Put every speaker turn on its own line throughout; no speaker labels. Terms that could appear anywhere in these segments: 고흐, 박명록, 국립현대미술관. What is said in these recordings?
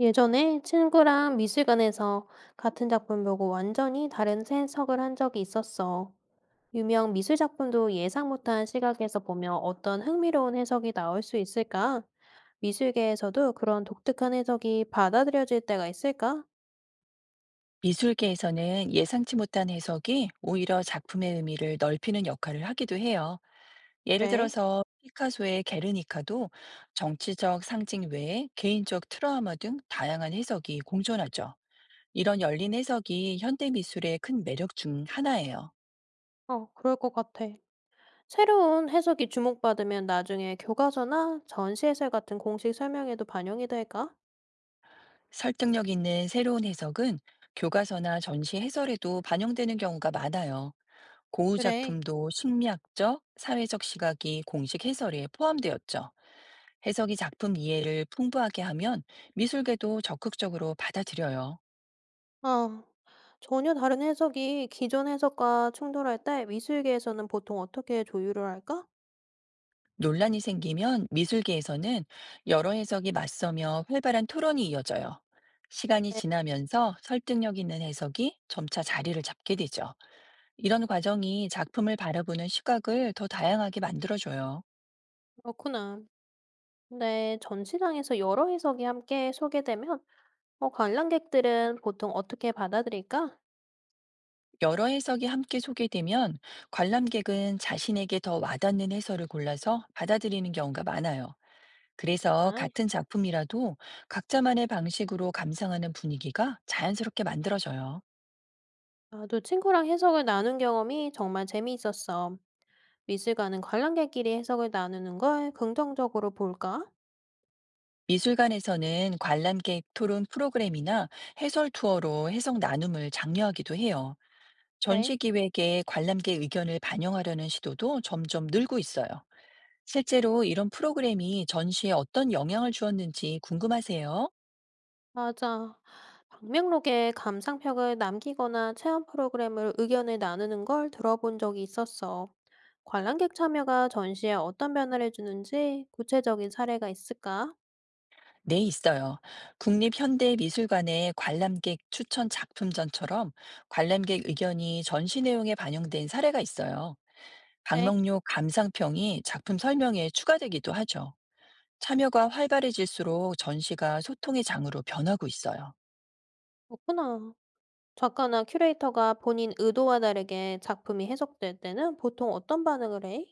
예전에 친구랑 미술관에서 같은 작품 보고 완전히 다른 해석을 한 적이 있었어. 유명 미술 작품도 예상 못한 시각에서 보면 어떤 흥미로운 해석이 나올 수 있을까? 미술계에서도 그런 독특한 해석이 받아들여질 때가 있을까?
미술계에서는 예상치 못한 해석이 오히려 작품의 의미를 넓히는 역할을 하기도 해요. 예를
왜?
들어서 피카소의 게르니카도 정치적 상징 외에 개인적 트라우마 등 다양한 해석이 공존하죠. 이런 열린 해석이 현대 미술의 큰 매력 중 하나예요.
그럴 것 같아. 새로운 해석이 주목받으면 나중에 교과서나 전시해설 같은 공식 설명에도 반영이 될까?
설득력 있는 새로운 해석은 교과서나 전시 해설에도 반영되는 경우가 많아요. 고흐
그래.
작품도 심리학적, 사회적 시각이 공식 해설에 포함되었죠. 해석이 작품 이해를 풍부하게 하면 미술계도 적극적으로 받아들여요.
아, 전혀 다른 해석이 기존 해석과 충돌할 때 미술계에서는 보통 어떻게 조율을 할까?
논란이 생기면 미술계에서는 여러 해석이 맞서며 활발한 토론이 이어져요. 시간이
네,
지나면서 설득력 있는 해석이 점차 자리를 잡게 되죠. 이런 과정이 작품을 바라보는 시각을 더 다양하게 만들어줘요.
그렇구나. 근데 전시장에서 여러 해석이 함께 소개되면 관람객들은 보통 어떻게 받아들일까?
여러 해석이 함께 소개되면 관람객은 자신에게 더 와닿는 해설을 골라서 받아들이는 경우가 많아요. 그래서
아,
같은 작품이라도 각자만의 방식으로 감상하는 분위기가 자연스럽게 만들어져요.
나도 친구랑 해석을 나눈 경험이 정말 재미있었어. 미술관은 관람객끼리 해석을 나누는 걸 긍정적으로 볼까?
미술관에서는 관람객 토론 프로그램이나 해설 투어로 해석 나눔을 장려하기도 해요.
그래.
전시 기획에 관람객 의견을 반영하려는 시도도 점점 늘고 있어요. 실제로 이런 프로그램이 전시에 어떤 영향을 주었는지 궁금하세요?
맞아. 방명록에 감상평을 남기거나 체험 프로그램을 의견을 나누는 걸 들어본 적이 있었어. 관람객 참여가 전시에 어떤 변화를 주는지 구체적인 사례가 있을까?
네, 있어요. 국립현대미술관의 관람객 추천 작품전처럼 관람객 의견이 전시 내용에 반영된 사례가 있어요.
네,
박명록 감상평이 작품 설명에 추가되기도 하죠. 참여가 활발해질수록 전시가 소통의 장으로 변하고 있어요.
그렇구나. 작가나 큐레이터가 본인 의도와 다르게 작품이 해석될 때는 보통 어떤 반응을 해?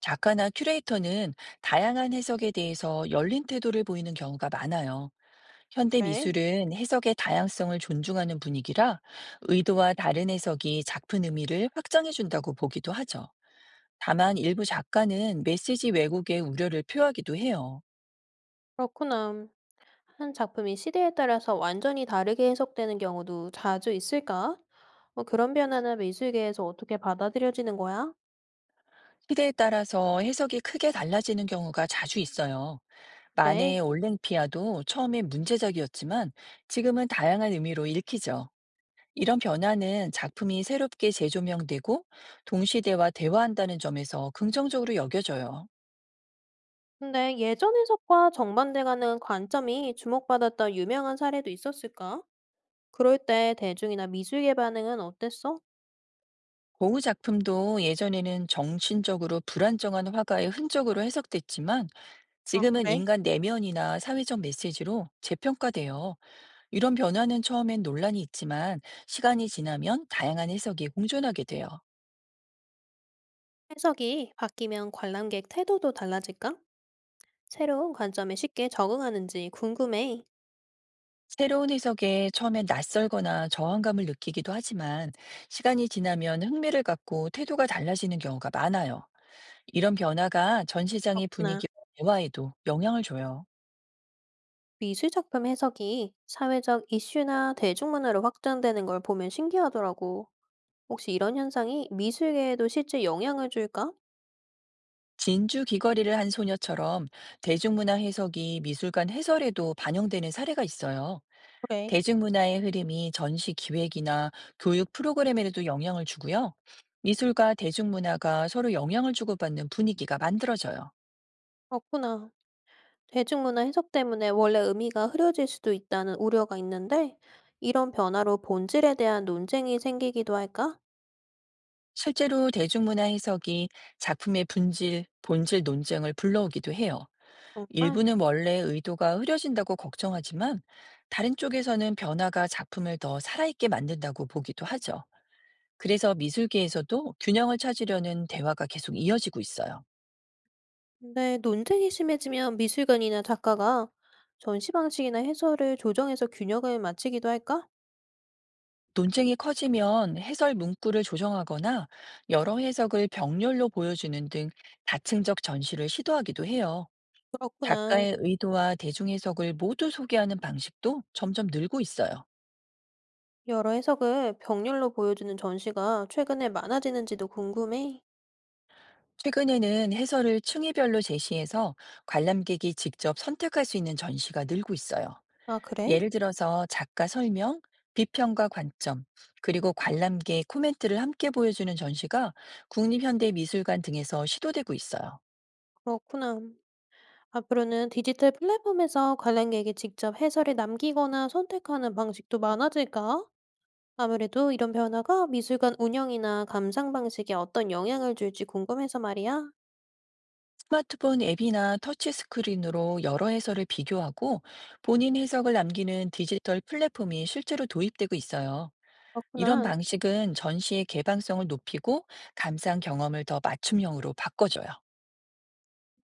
작가나 큐레이터는 다양한 해석에 대해서 열린 태도를 보이는 경우가 많아요. 현대
네,
미술은 해석의 다양성을 존중하는 분위기라 의도와 다른 해석이 작품 의미를 확장해준다고 보기도 하죠. 다만 일부 작가는 메시지 왜곡의 우려를 표하기도 해요.
그렇구나. 한 작품이 시대에 따라서 완전히 다르게 해석되는 경우도 자주 있을까? 뭐 그런 변화는 미술계에서 어떻게 받아들여지는 거야?
시대에 따라서 해석이 크게 달라지는 경우가 자주 있어요.
그래.
만해의 올랭피아도 처음에 문제작이었지만 지금은 다양한 의미로 읽히죠. 이런 변화는 작품이 새롭게 재조명되고 동시대와 대화한다는 점에서 긍정적으로 여겨져요.
근데 예전 해석과 정반대가는 관점이 주목받았던 유명한 사례도 있었을까? 그럴 때 대중이나 미술계 반응은 어땠어?
고흐 작품도 예전에는 정신적으로 불안정한 화가의 흔적으로 해석됐지만
아,
지금은
그래?
인간 내면이나 사회적 메시지로 재평가돼요. 이런 변화는 처음엔 논란이 있지만 시간이 지나면 다양한 해석이 공존하게 돼요.
해석이 바뀌면 관람객 태도도 달라질까? 새로운 관점에 쉽게 적응하는지 궁금해.
새로운 해석에 처음엔 낯설거나 저항감을 느끼기도 하지만 시간이 지나면 흥미를 갖고 태도가 달라지는 경우가 많아요. 이런 변화가 전 시장의
그렇구나.
분위기와 대화에도 영향을 줘요.
미술 작품 해석이 사회적 이슈나 대중문화로 확장되는 걸 보면 신기하더라고. 혹시 이런 현상이 미술계에도 실제 영향을 줄까?
진주 귀걸이를 한 소녀처럼 대중문화 해석이 미술관 해설에도 반영되는 사례가 있어요.
그래.
대중문화의 흐름이 전시 기획이나 교육 프로그램에도 영향을 주고요. 미술과 대중문화가 서로 영향을 주고받는 분위기가 만들어져요.
그렇구나. 대중문화 해석 때문에 원래 의미가 흐려질 수도 있다는 우려가 있는데, 이런 변화로 본질에 대한 논쟁이 생기기도 할까?
실제로 대중문화 해석이 작품의 본질 논쟁을 불러오기도 해요.
정말?
일부는 원래 의도가 흐려진다고 걱정하지만 다른 쪽에서는 변화가 작품을 더 살아있게 만든다고 보기도 하죠. 그래서 미술계에서도 균형을 찾으려는 대화가 계속 이어지고 있어요.
근데 논쟁이 심해지면 미술관이나 작가가 전시 방식이나 해설을 조정해서 균형을 맞추기도 할까?
논쟁이 커지면 해설 문구를 조정하거나 여러 해석을 병렬로 보여주는 등 다층적 전시를 시도하기도 해요.
그렇구나.
작가의 의도와 대중 해석을 모두 소개하는 방식도 점점 늘고 있어요.
여러 해석을 병렬로 보여주는 전시가 최근에 많아지는지도 궁금해.
최근에는 해설을 층위별로 제시해서 관람객이 직접 선택할 수 있는 전시가 늘고 있어요.
아, 그래?
예를 들어서 작가 설명, 비평과 관점, 그리고 관람객 코멘트를 함께 보여주는 전시가 국립현대미술관 등에서 시도되고 있어요.
그렇구나. 앞으로는 디지털 플랫폼에서 관람객이 직접 해설을 남기거나 선택하는 방식도 많아질까? 아무래도 이런 변화가 미술관 운영이나 감상 방식에 어떤 영향을 줄지 궁금해서 말이야.
스마트폰 앱이나 터치스크린으로 여러 해설을 비교하고 본인 해석을 남기는 디지털 플랫폼이 실제로 도입되고 있어요. 이런
그렇구나.
방식은 전시의 개방성을 높이고 감상 경험을 더 맞춤형으로 바꿔줘요.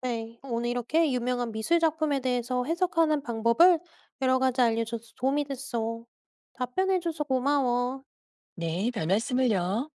네. 오늘 이렇게 유명한 미술 작품에 대해서 해석하는 방법을 여러 가지 알려줘서 도움이 됐어. 답변해줘서 고마워.
네, 별 말씀을요.